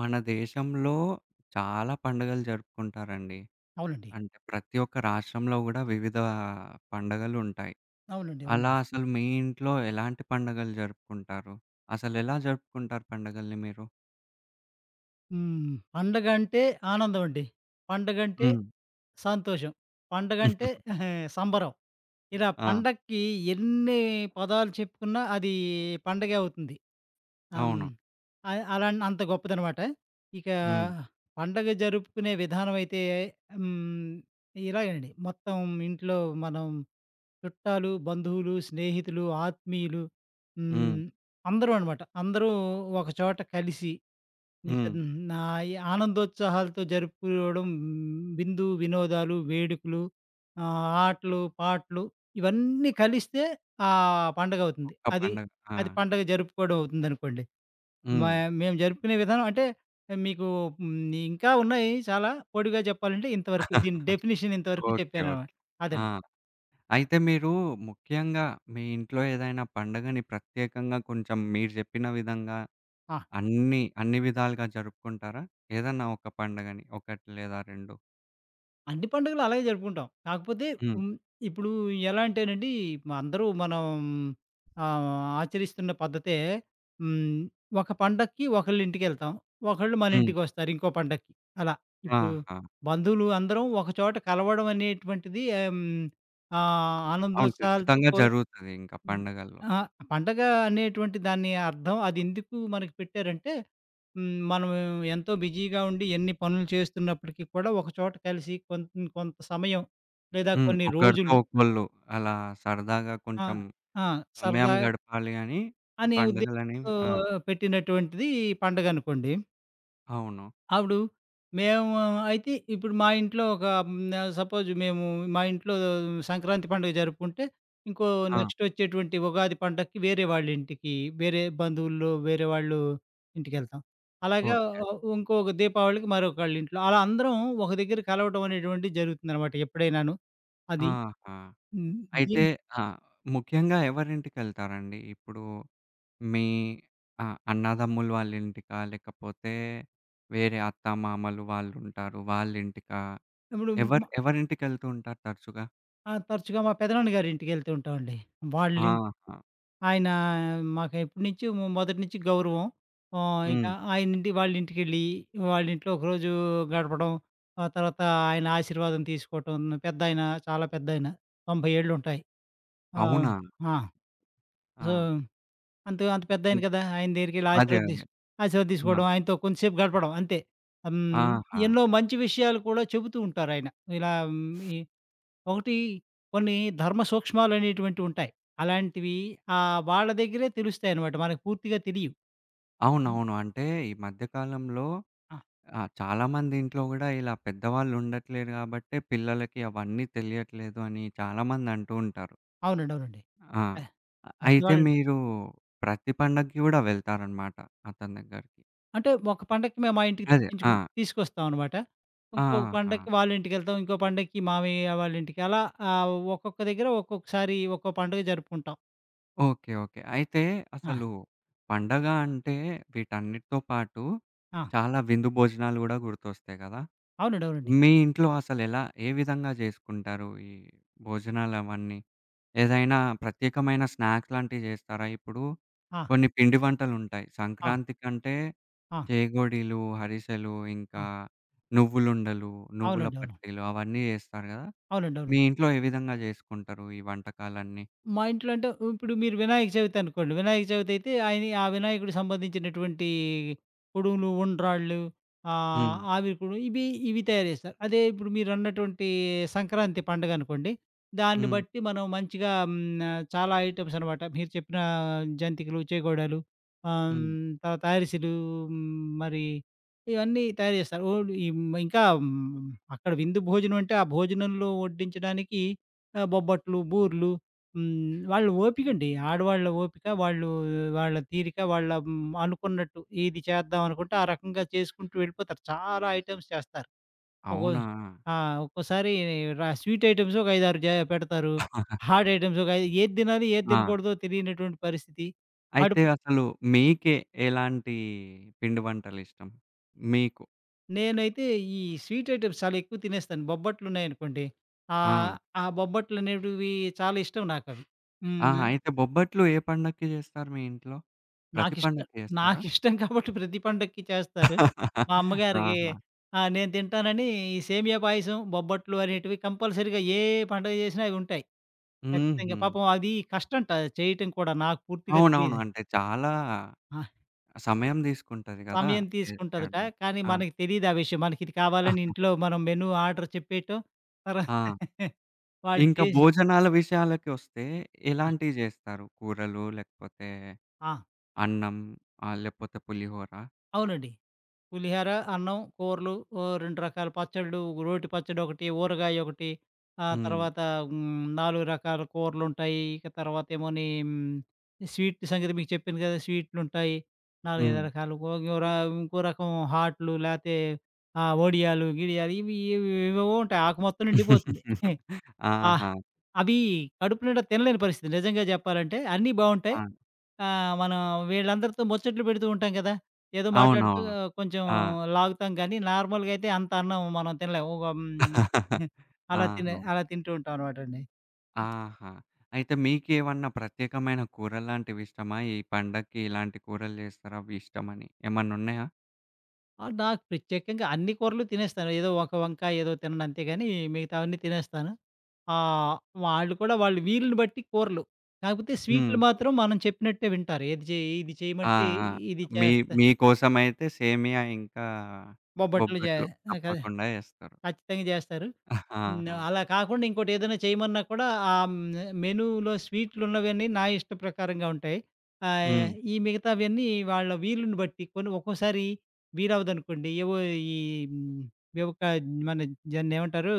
మన దేశంలో చాలా పండుగలు జరుపుకుంటారండి. అవునండి. అంటే ప్రతి ఒక్క రాష్ట్రంలో గూడా వివిధ పండగలుంటాయి. అవునండి. అలా అవునండి. అసలు మీ ఇంట్లో ఎలాంటి పండగలు జరుపుకుంటారు? అసలెలా జరుపుకుంటారు పండగల్ని మీరు? హ్మ్. పండగంటే ఆనందమండి. పండగంటే హ్మ్. సంతోషం. పండగంటే సంబరం. ఇలా ఆ! పండక్కి ఎన్ని పదాలు చెప్పుకున్నా అది పండగే అవుతుంది. హ్మ్. అవును. అలా అంత గొప్పదనమాట. ఇక హ్మ్. పండగ జరుపుకునే విధానం అయితే హ్మ్. ఇలాగేనండి. మొత్తం ఇంట్లో మనం చుట్టాలు, బంధువులు, స్నేహితులు, ఆత్మీయులు, హ్మ్. హ్మ్. అందరూ అనమాట. అందరూ ఒక చోట కలిసి నీకు హ్మ్. అది నా ఈ ఆనందోత్సాహాలతో జరుపుకోవడం, విందు, వినోదాలు, వేడుకలు, ఆటలు, పాటలు, ఇవన్నీ కలిస్తే ఆ పండగ అవుతుంది. ఒక్క అది, పండగ. ఆ! అది పండగ జరుపుకోవడం అవుతుందనుకోండి. మా హ్మ్. మేము జరుపుకునే విధానం అంటే మీకు, హ్మ్, ఇంకా ఉన్నాయి చాలా. పొడిగా చెప్పాలంటే ఇంతవరకు. దీని డెఫినిషన్ ఇంతవరకు ఓకే. చెప్పాననమాట. ఓకే. ఆ! అదండి. అయితే మీరు ముఖ్యంగా మీ ఇంట్లో ఏదైనా పండగని ప్రత్యేకంగా కొంచెం మీరు జెప్పిన విధంగా ఆ! అన్ని విధాలుగా జరుపుకుంటారా? ఏదన్నా ఒక పండగని 1 లేదా 2? అన్ని పండుగలు అలాగే జరుపుకుంటాం. కాకపోతే హ్మ్. హ్మ్, ఇప్పుడు ఎలా అంటేనండి, అందరూ మనం ఆహ్, ఆచరిస్తున్న పద్ధతే, హ్మ్, ఒక పండక్కి ఒకళ్ళ ఇంటికెళ్తాం. ఒకళ్ళు మన హ్మ్. ఇంటికొస్తారు ఇంకో పండక్కి, అలా. ఇప్పుడు ఆహా! బంధువులు అందరం ఒక చోట కలవడం అనేటువంటిది అవును. ఆనందోత్సాహాలతో ఖచ్చితంగా జరుగుతది ఇంకా హ్మ్. పండగల్లో. ఆ! పండగ అనేటువంటి దాని అర్థం అదెందుకు మనకి పెట్టారంటే, మనం ఎంతో బిజీగా ఉండి ఎన్ని పనులు చేస్తున్నప్పటికీ కూడా ఒకచోట కలిసి కొంత కొంత సమయం లేదా హ్మ్. కొన్ని ఒకరితో రోజులు, ఒకళ్ళు అలా సరదాగా ఆ! కొంచెం ఆ! సమయం సరదా గడపాలి అని అనే పండుగలనేవి ఉద్దేశంతో ఆ! పెట్టినటువంటిది పండగనుకోండి. అవును. అప్పుడు మేము అయితే ఇప్పుడు మా ఇంట్లో ఒక, సపోజ్ మేము మా ఇంట్లో సంక్రాంతి పండుగ జరుపుకుంటే, ఇంకో ఆ! నెక్స్ట్ వచ్చేటువంటి ఉగాది పండక్కి వేరే వాళ్ళ ఇంటికి, వేరే బంధువుల్లో వేరే వాళ్ళు ఇంటికెళ్తాం. అలాగా, ఓకే. ఇంకొక దీపావళికి మరొకళ్ళ ఇంట్లో, అలా అందరం ఒక దగ్గర కలవటం అనేటువంటిది జరుగుతుందనమాట ఎప్పుడైనాను. అది, ఆహా! హ్మ్. అయితే దీన్ ఆ! ముఖ్యంగా ఎవరింటికెళ్తారండి? ఇప్పుడు మీ ఆ! అన్నదమ్ములు వాళ్ళ ఇంటికా? లేకపోతే వేరే అత్తామామలు వాళ్ళుంటారు వాళ్ళ ఇంటికా? ఇప్పుడు మ ఎవరు ఎవరింటికెళ్తూ ఉంటారు తరచుగా? తరచుగా మా పెదనాన్న గారి ఇంటికెళ్తూ ఉంటామండి. వాళ్ళిం ఆహా! ఆయన మాకు ఎప్పటి నుంచో, మొదటి నుంచి గౌరవం. ఇక హ్మ్. ఆయనింటి వాళ్ళింటికెళ్ళి, వాళ్ళింట్లో ఒకరోజు గడపడం, ఆ తర్వాత ఆయన ఆశీర్వాదం తీసుకోవటం. పెద్దాయన, చాలా పెద్దాయన, 90 ఏళ్ళుంటాయి. ఆహ్, అవునా? ఆ! ఆ, సో, ఆ! అంత అంత ఇం పెద్దాయన కదా! ఆయన దగ్గరికెళ్ళి అదే. అదే. ఆశీర్వాదం ఆ! తీసుకోవడం, ఆయనతో కొంతసేపు గడపడం, అంతే. హ్మ్. ఆహా! ఎన్నో మంచి విషయాలు కూడా చెబుతూ ఉంటారాయన. ఇలా ఈ ఒకటి కొన్ని ధర్మ సూక్ష్మాలనేటువంటివి ఉంటాయి. అలాంటివి వాళ్ళ దగ్గరే తెలుస్తాయనమాట. మనకు పూర్తిగా తెలియవు. అవునవును. అంటే ఈ మధ్య కాలంలో ఆ! ఆహ్, చాలామంది ఇంట్లో గూడా ఇలా పెద్దవాళ్ళు ఉండట్లేరు గాబట్టే పిల్లలకి అవన్నీ తెలియట్లేదు అని చాలామంది అంటూ ఉంటారు. అవునండి. అవునండి. ఆ! పె అయితే పెద్దవాళ్ళు. మీరు ప్రతి పండగకి గూడా వెళ్తారనమాట అతని దగ్గరికి. అంటే ఒక పండగకి మేము మా ఇంటికి అదే. ఆ! తెప్పించుకుని తీసుకొస్తాం అనమాట. ఇంకో ఆహా! పండగకి వాళ్ళ ఇంటికెళ్తాం. ఇంకో పండగకి మామయ్య వాళ్ళ ఇంటికి, అలా ఒక్కొక్క దగ్గర ఒక్కొక్కసారి ఒక్కో పండుగ జరుపుకుంటాం. ఓకే. ఓకే. అయితే ఆ! అసలు పండగ అంటే వీటన్నిటితో పాటు ఆ! చాలా విందు భోజనాలు గూడా గుర్తొస్తాయి గదా! అవునండి. అవునండి. మీ ఇంట్లో అసలెలా ఏ విధంగా జేసుకుంటారు ఈ భోజనాలవన్నీ? ఏదైనా ప్రత్యేకమైన స్నాక్స్ లాంటివి జేస్తారా ఇప్పుడు? ఆ! కొన్ని పిండి వంటలుంటాయి. ఆ! సంక్రాంతికంటే ఆ! చేగోడీలు, అరిసెలు, ఆ! ఇంకా నువ్వులుండలు, నువ్వుల అవునండి. అవును. పట్టీలు అవన్నీ జేస్తారు గదా! అవునండి. అవును. మీ ఇంట్లో ఏ విధంగా జేసుకుంటారు ఈ వంటకాలన్నీ? మా ఇంట్లో అంటే, ఇప్పుడు మీరు వినాయక చవితి అనుకోండి. వినాయక చవితి అయితే ఆయన, ఆ వినాయకుడికి సంబంధించినటువంటి పొడుములు, ఉండ్రాళ్ళు, హ్మ్. ఆవిరికుడు, ఇవి ఇవి తయారు చేస్తారు. అదే, ఇప్పుడు మీరన్నటువంటి సంక్రాంతి పండుగ అనుకోండి. దాన్ని హ్మ్. బట్టి మనం మంచిగా, చాలా ఐటెమ్స్ అనమాట. మీరు చెప్పిన జంతికలు, చేగోడలు, ఆహ్, హ్మ్. హ్మ్, తర్వాత అరిసెలు, మరి ఇవన్నీ తయారు చేస్తారు. ఓల్డ్ ఈ ఇంకా, అక్కడ విందు భోజనం అంటే, ఆ భోజనంలో వడ్డించడానికి బొబ్బట్లు, బూర్లు. వాళ్ళ ఓపికండి. ఆడవాళ్ళ ఓపిక, వాళ్ళు వాళ్ళ తీరిక, వాళ్ళ, అనుకున్నట్టు ఇది చేద్దాం అనుకుంటే, ఆ రకంగా చేసుకుంటూ వెళ్ళిపోతారు. చాలా ఐటెమ్స్ చేస్తారు. ఒక్కో అవునా! ఆ! ఒక్కోసారి స్వీట్ ఐటెమ్స్ ఒక 5, 6 పెడతారు. ఆహా! హాట్ ఐటెమ్స్ ఒక ఐదు, ఏది తినాలి, ఏది ఆ! తినకూడదో తెలియనటువంటి పరిస్థితి. అయితే అడుపు అసలు మీకే ఎలాంటి పిండి వంటలిష్టం? మీకు. నేనైతే ఈ స్వీట్ ఐటెమ్స్ చాలా ఎక్కువ తినేస్తాను. బొబ్బట్లున్నాయనుకోండి, ఆ! ఆహ్, ఆ బొబ్బట్లనేటివి చాలా ఇష్టం నాకవి. ఆ! హ్మ్. అయితే బొబ్బట్లు ఏ పండక్కి జేస్తారు మీ ఇంట్లో? ప్రతి నాకిష్టం పండక్కి జేస్తారా? నాకిష్టం కాబట్టి ప్రతి పండక్కి చేస్తారు. మా అమ్మగారికి, ఆహా! ఆ! నేను తింటానని ఈ సేమియా పాయసం, బొబ్బట్లు అనేటివి కంపల్సరీ‌గా, ఏ పండగ చేసినా అవి ఉంటాయి. ఖచ్చితంగా. హుహు. పాపం అది కష్టంట, చేయటం కూడా నాకు పూర్తిగా అవునవును. తెలీదు. అంటే చాలా ఆ! సమయం దీసుకుంటది గదా! సమయం చేసి తీసుకుంటదట. చేయడానికి. కానీ ఆ! మనకి తెలీదు ఆ విషయం. మనకి ఇది కావాలని ఇంట్లో మనం మెనూ ఆర్డర్ చెప్పేయటం. తర్వా ఆ! వాళ్ళు ఇంకా చేసి. భోజనాల విషయాలకొస్తే ఆ! ఎలాంటివి జేస్తారు? కూరలు, లేకపోతే ఆ! అన్నం, ఆహ్, లేకపోతే పులిహోర? అవునండి. పులిహోర, అన్నం, కూరలు, 2 రకాల పచ్చళ్ళు, రోటి పచ్చడి ఒకటి, ఊరగాయ ఒకటి, ఆ హ్మ్. తర్వాత, 4 రకాల కూరలుంటాయి. ఇక తర్వాత ఏమోని, స్వీట్ సంగతి మీకు చెప్పాను కదా! స్వీట్లుంటాయి. 4, హ్మ్. 5 రకాలు. ఓ ఇంకో ర ఇంకో రకం హాట్లు లేతే, వడియాలు, గిడియాలు, ఇవి ఇవి ఏవేవో ఉంటాయి. ఆకు మొత్తం నిండిపోతుంది. ఆ! ఆహా! అవి కడుపు నిండా తినలేని పరిస్థితి నిజంగా చెప్పాలంటే. అన్నీ బావుంటాయి. ఆ! ఆ! మనం వీళ్ళందరితో ముచ్చట్లు పెడుతూ ఉంటాం కదా! ఏదో మాట్లాడుతూ అవునవును. కొంచెం ఆ! లాగుతాం గానీ, నార్మల్‌గా అయితే అంత అన్నం మనం తినలేము. ఒక ఆహా! అలా తింటూ ఉంటాం అనమాటండి. ఆహా! అయితే మీకేమన్నా ప్రత్యేకమైన కూరల్లాంటివి ఇష్టమా? ఈ పండక్కి ఇలాంటి కూరలు చేస్తారు అవి ఇష్టమని ఏమన్నున్నాయా? నాకు ప్రత్యేకంగా అన్ని కూరలు తినేస్తాను. ఏదో ఒక వంకాయ ఏదో తినను అంతేగాని, మిగతావన్నీ తినేస్తాను. ఆహ్, వాళ్ళు కూడా వాళ్ళు వీలుని బట్టి కూరలు. కాకపోతే హ్మ్. స్వీటులు మాత్రం మనం చెప్పినట్టే వింటారు. ఏది చెయ్ ఇది ఆ! చేయమంటే ఆ! ఇది మీ మీకోసమైతే సేమియా ఇంకా బొబ్బట్లు జే బొబ్బట్లు ఆ! కదా! తప్పకుండా చేస్తారు. ఖచ్చితంగా జేస్తారు. హ్మ్. ఆహా! అలా కాకుండా ఇంకోటేదైనా చేయమన్నా కూడా, ఆ మెనూలో స్వీట్లున్నవన్నీ నా ఇష్ట ప్రకారంగా ఉంటాయి. హ్మ్. ఈ మిగతావన్నీ వాళ్ళ వీలుని బట్టి, కొన్ని ఒక్కోసారి వీలవ్వదనుకోండి. ఏవో ఈ హ్మ్. ఏవో క మన దాన్నేమంటారు?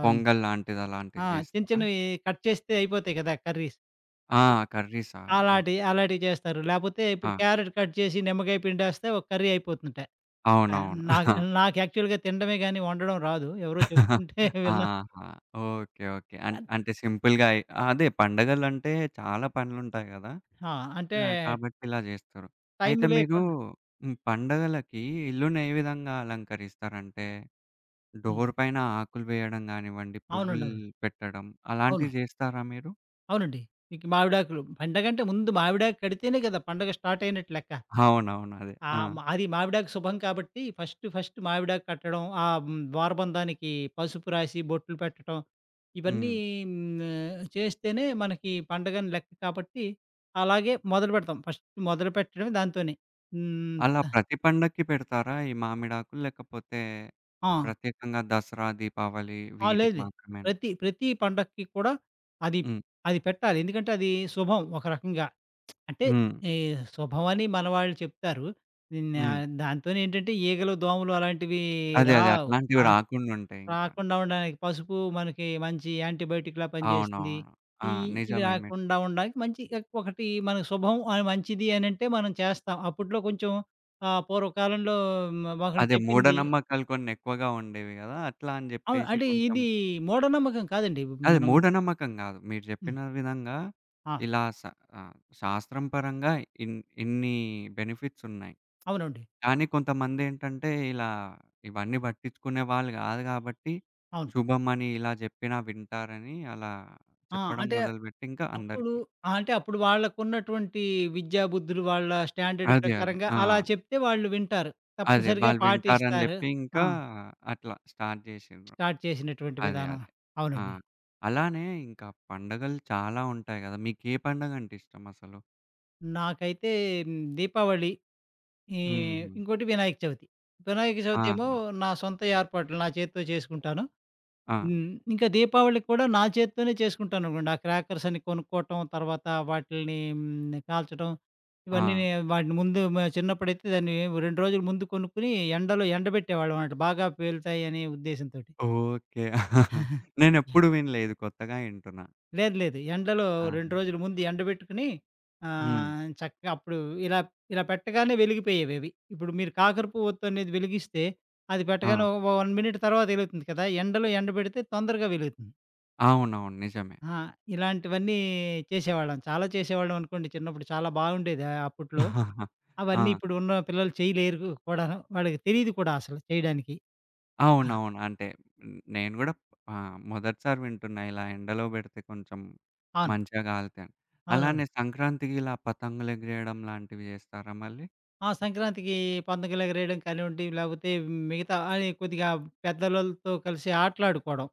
ఆహ్, పొంగల్ లాంటిది ఆ! అలాంటిది ఆ, చిన్న చేస్తారా? చిన్నవి కట్ చేస్తే అయిపోతాయి కదా! కర్రీస్. ఆ! కర్రీసా? ఓకే. అలాంటియి, అలాంటియి చేస్తారు. లేపోతే ఇప్పుడు ఆ! క్యారెట్ కట్ చేసి నిమ్మకాయ పిండేస్తే ఒక కర్రీ అయిపోతుందట. ఆ! అవునవును. నాకు నాకు యాక్చువల్‌గా తినడమే గానీ వండడం రాదు. ఎవరో చెప్తుంటే విన్నా. ఆహా! ఓకే. ఓకే. అన్ అంటే సింపుల్‌గా అయి అదే పండగలంటే చాలా పనులుంటాయి గదా! ఆ! అంటే ఆ! కాబట్టి ఇలా జేస్తారు. టైం అయితే మీరు లేకుండా. హ్మ్. పండగలకి ఇల్లుని ఏ విధంగా అలంకరిస్తారంటే, హ్మ్. డోర్ పైన ఆకులు వేయడం గానివ్వండి, అవునండి. పువ్వులు అవునండి. పెట్టడం అవును. అలాంటివి జేస్తారా మీరు? అవునండి. మీకు మావిడాకులు పండగంటే ముందు మావిడాకు కడితేనే కదా పండగ స్టార్ట్ అయినట్టు లెక్క. అవునవును. అదే. ఆ! ఆహ్, మ అది మావిడాకు శుభం కాబట్టి, ఫస్ట్ ఫస్ట్ మావిడాకు కట్టడం, ద్వారబంధానికి పసుపు రాసి బొట్లు పెట్టడం ఇవన్నీ, హ్మ్. చేస్తేనే మనకి పండగని లెక్క కాబట్టి, అలాగే మొదలుపెడతాం. ఫస్ట్ మొదలుపెట్టడమే దాంతోనే. హ్మ్. అలా ప్రతి పండక్కి పెడతారా ఈ మామిడాకులు? లేకపోతే ఆ! ప్రత్యేకంగా దసరా, దీపావళి ఆ! వీటికి లేదు, లేదు. మాత్రమేనా? ప్రతి ప్రతి పండక్కి కూడా అది హ్మ్. అది పెట్టాలి. ఎందుకంటే అది శుభం ఒక రకంగా. అంటే హ్మ్. ఈ శుభం అని మన వాళ్ళు చెప్తారు. నిన్న హ్మ్. దాంతోనేంటంటే ఈగలు, దోమలు అలాంటివి అదే. అదే. రావు. అట్లాంటివి ఆ! రాకుండుంటాయింక. రాకుండా ఉండడానికి పసుపు మనకి మంచి యాంటీబయోటిక్‌లా పనిచేస్తుంది. అవునవును. ఆ! ఈ ఇవి నిజమే మీరు రాకుండా ఉండడానికి మంచి. ఒకటి మనకు శుభం అని మంచిది అనంటే మనం చేస్తాం. అప్పట్లో కొంచెం, పూర్వకాలంలో ఒకళ్ళు అదే చెప్పింది. మూఢనమ్మకాలు కొన్ని ఎక్కువగా ఉండేవి గదా! అట్లా అని అవును. జెప్పేసి అంటే కొంచెం ఇది మూఢనమ్మకం కాదండి. అది మనం, మూఢనమ్మకం గాదు. మీరు జెప్పిన విధంగా ఆ! ఇలా స ఆహ్, శాస్త్రం పరంగా ఇన్ ఇన్ని బెనిఫిట్స్ ఉన్నాయి. అవునండి. కానీ కొంతమందేంటంటే ఇలా ఇవన్నీ పట్టించుకునే వాళ్ళు గాదు గాబట్టి, అవును. శుభమని ఇలా జెప్పినా వింటారని అలా ఆ! చెప్పడం అంటే మొదలుపెట్టి ఇంకా అప్పుడు, అందరికి. ఆ! అంటే అప్పుడు వాళ్ళకున్నటువంటి విద్యా బుద్ధులు వాళ్ళ స్టాండర్డ్ అదే. అదే. ప్రకారంగా ఆ! అలా చెప్తే వాళ్ళు వింటారు. అదే. తప్పనిసరిగా వాళ్ళు వింటారని పాటిస్తారు. జెప్పి ఇంకా ఆ! అట్లా స్టార్ట్ జేషిండ్రు. స్టార్ట్ చేసినటువంటి అదే. విధానం. అదే. ఆ! అవునండి. అలానే ఇంకా పండగలు చాలా ఉంటాయి గదా! మీకే పండగంటే ఇష్టమసలు? నాకైతే, దీపావళి, ఈ హుహు. ఇంకోటి వినాయక చవితి. వినాయక చవితి ఏమో ఆహా! నా సొంత ఏర్పాట్లు నా చేత్తో చేసుకుంటాను. ఆ! హ్మ్. ఇంకా దీపావళికి కూడా నా చేత్తోనే చేసుకుంటాననుకోండి. ఆ క్రాకర్స్ అన్ని కొనుక్కోవటం, తర్వాత వాటిల్ని, కాల్చడం ఇవన్నీ ఆ! వాటిని ముందు చిన్నప్పుడైతే, దాన్ని 2 రోజుల ముందు కొనుక్కొని ఎండలో ఎండబెట్టేవాళ్ళమనమాట. బాగా పేలుతాయనే ఉద్దేశంతోటి. ఓకే. నేనెప్పుడు వినలే. ఇది కొత్తగా వింటున్నా. లేదు, లేదు. ఎండలో ఆహా! 2 రోజుల ముందు ఎండబెట్టుకొని హ్మ్. చక్కగా, అప్పుడు ఇలా ఇలా పెట్టగానే వెలిగిపోయేవవి. ఇప్పుడు మీరు కాకర పువ్వొత్తు అనేది వెలిగిస్తే, అది ఆ! పెట్టగానే 1 మినిట్ తర్వాత ఎలుగుతుంది కదా! ఎండలో ఎండబెడితే తొందరగా వెలుగుతుంది. అవునవును. నిజమే. ఆ! ఇలాంటివన్నీ చేసేవాళ్ళం. చాలా చేసేవాళ్ళం అనుకోండి చిన్నప్పుడు. చాలా బాగుండేది అప్పట్లో. ఆ! అవన్నీ ఇప్పుడున్న పిల్లలు చేయలేరు కూడాను. వాళ్ళకి తెలీదు కూడా అసలు చేయడానికి. ఆ! అవునవును. అంటే హ్మ్, నేను గూడా ఆహ్, మొదటిసారి వింటున్నా ఇలా ఎండలో బెడితే కొంచెం అవును. మంచిగా కాలుతాయని. అలానే అవునవును. సంక్రాంతికి ఇలా పతంగులెగిరేయడం లాంటివి జేస్తారా మళ్ళీ? ఆ! సంక్రాంతికి పంతులు ఎగరేయడం కానివ్వండి, లేకపోతే మిగతా అని కొద్దిగా పెద్దలతో కలిసి ఆటలాడుకోవడం,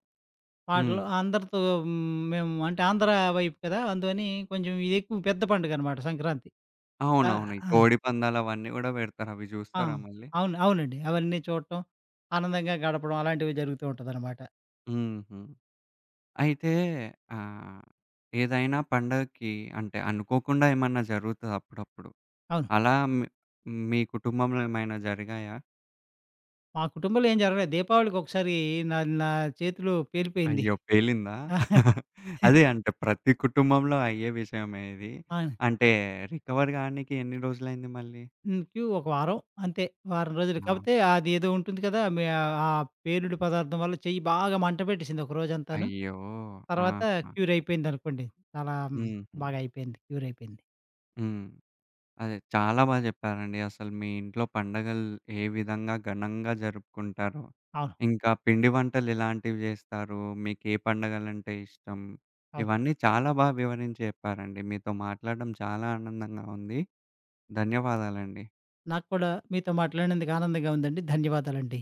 హ్మ్. పాటలు అందరితో, హ్మ్, మేము అంటే ఆంధ్ర వైపు కదా! అందువని కొంచెం ఇది ఎక్కువ పెద్ద పండుగనమాట సంక్రాంతి. ఆహ్, అవునవును. ఈ అవును. కోడిపందాలు అవన్నీ గూడా బెడతారు. అవి ఆ! జూస్తారా మళ్ళీ? అవును. అవునండి. అవన్నీ చూడటం, ఆనందంగా గడపడం, అలాంటివి జరుగుతూ ఉంటదనమాట. హుహు. అయితే ఆహ్, ఏదైనా పండగకి అంటే అనుకోకుండా ఏమన్నా జరుగుతదా అప్పుడప్పుడు? అవును. అలా మీ మీ కుటుంబంలో ఏమైనా జరిగాయా? మా కుటుంబంలో ఏం జరగలేదు. దీపావళికి ఒకసారి నా నా చేతిలో పేలిపోయింది. అయ్యో! పేలిందా? అదే అంటే ప్రతి కుటుంబంలో అయ్యే విషయమే ఇది. ఆ! అంటే రికవర్ గానికి ఎన్ని రోజులైంది మళ్ళీ? ఒక వారం, అంతే. వారం రోజులు. ఆ! కాపోతే అది ఏదో ఉంటుంది కదా! ఆ పేలుడు పదార్థం వల్ల చెయ్యి బాగా మంట పెట్టేసింది ఒక రోజంతాను. అయ్యో! తర్వాత ఆహా! క్యూర్ అయిపోయిందనుకోండి. చాలా, హుహు. బాగా అయిపోయింది. క్యూర్ అయిపోయింది. హ్మ్. అదే చాలా బా చెప్పారండి. అసలు మీ ఇంట్లో పండగలు ఏ విధంగా ఘనంగా జరుపుకుంటారో, అవును. ఇంకా పిండి వంటలు ఎలాంటివి జేస్తారు, మీకే పండగలంటే ఇష్టం, అవును. ఇవన్నీ చాలా బా వివరించి చెప్పారండి. మీతో మాట్లాడడం చాలా ఆనందంగా ఉంది. ధన్యవాదాలండి. నాకు కూడా మీతో మాట్లాడినందుకు ఆనందంగా ఉందండి. ధన్యవాదాలండి.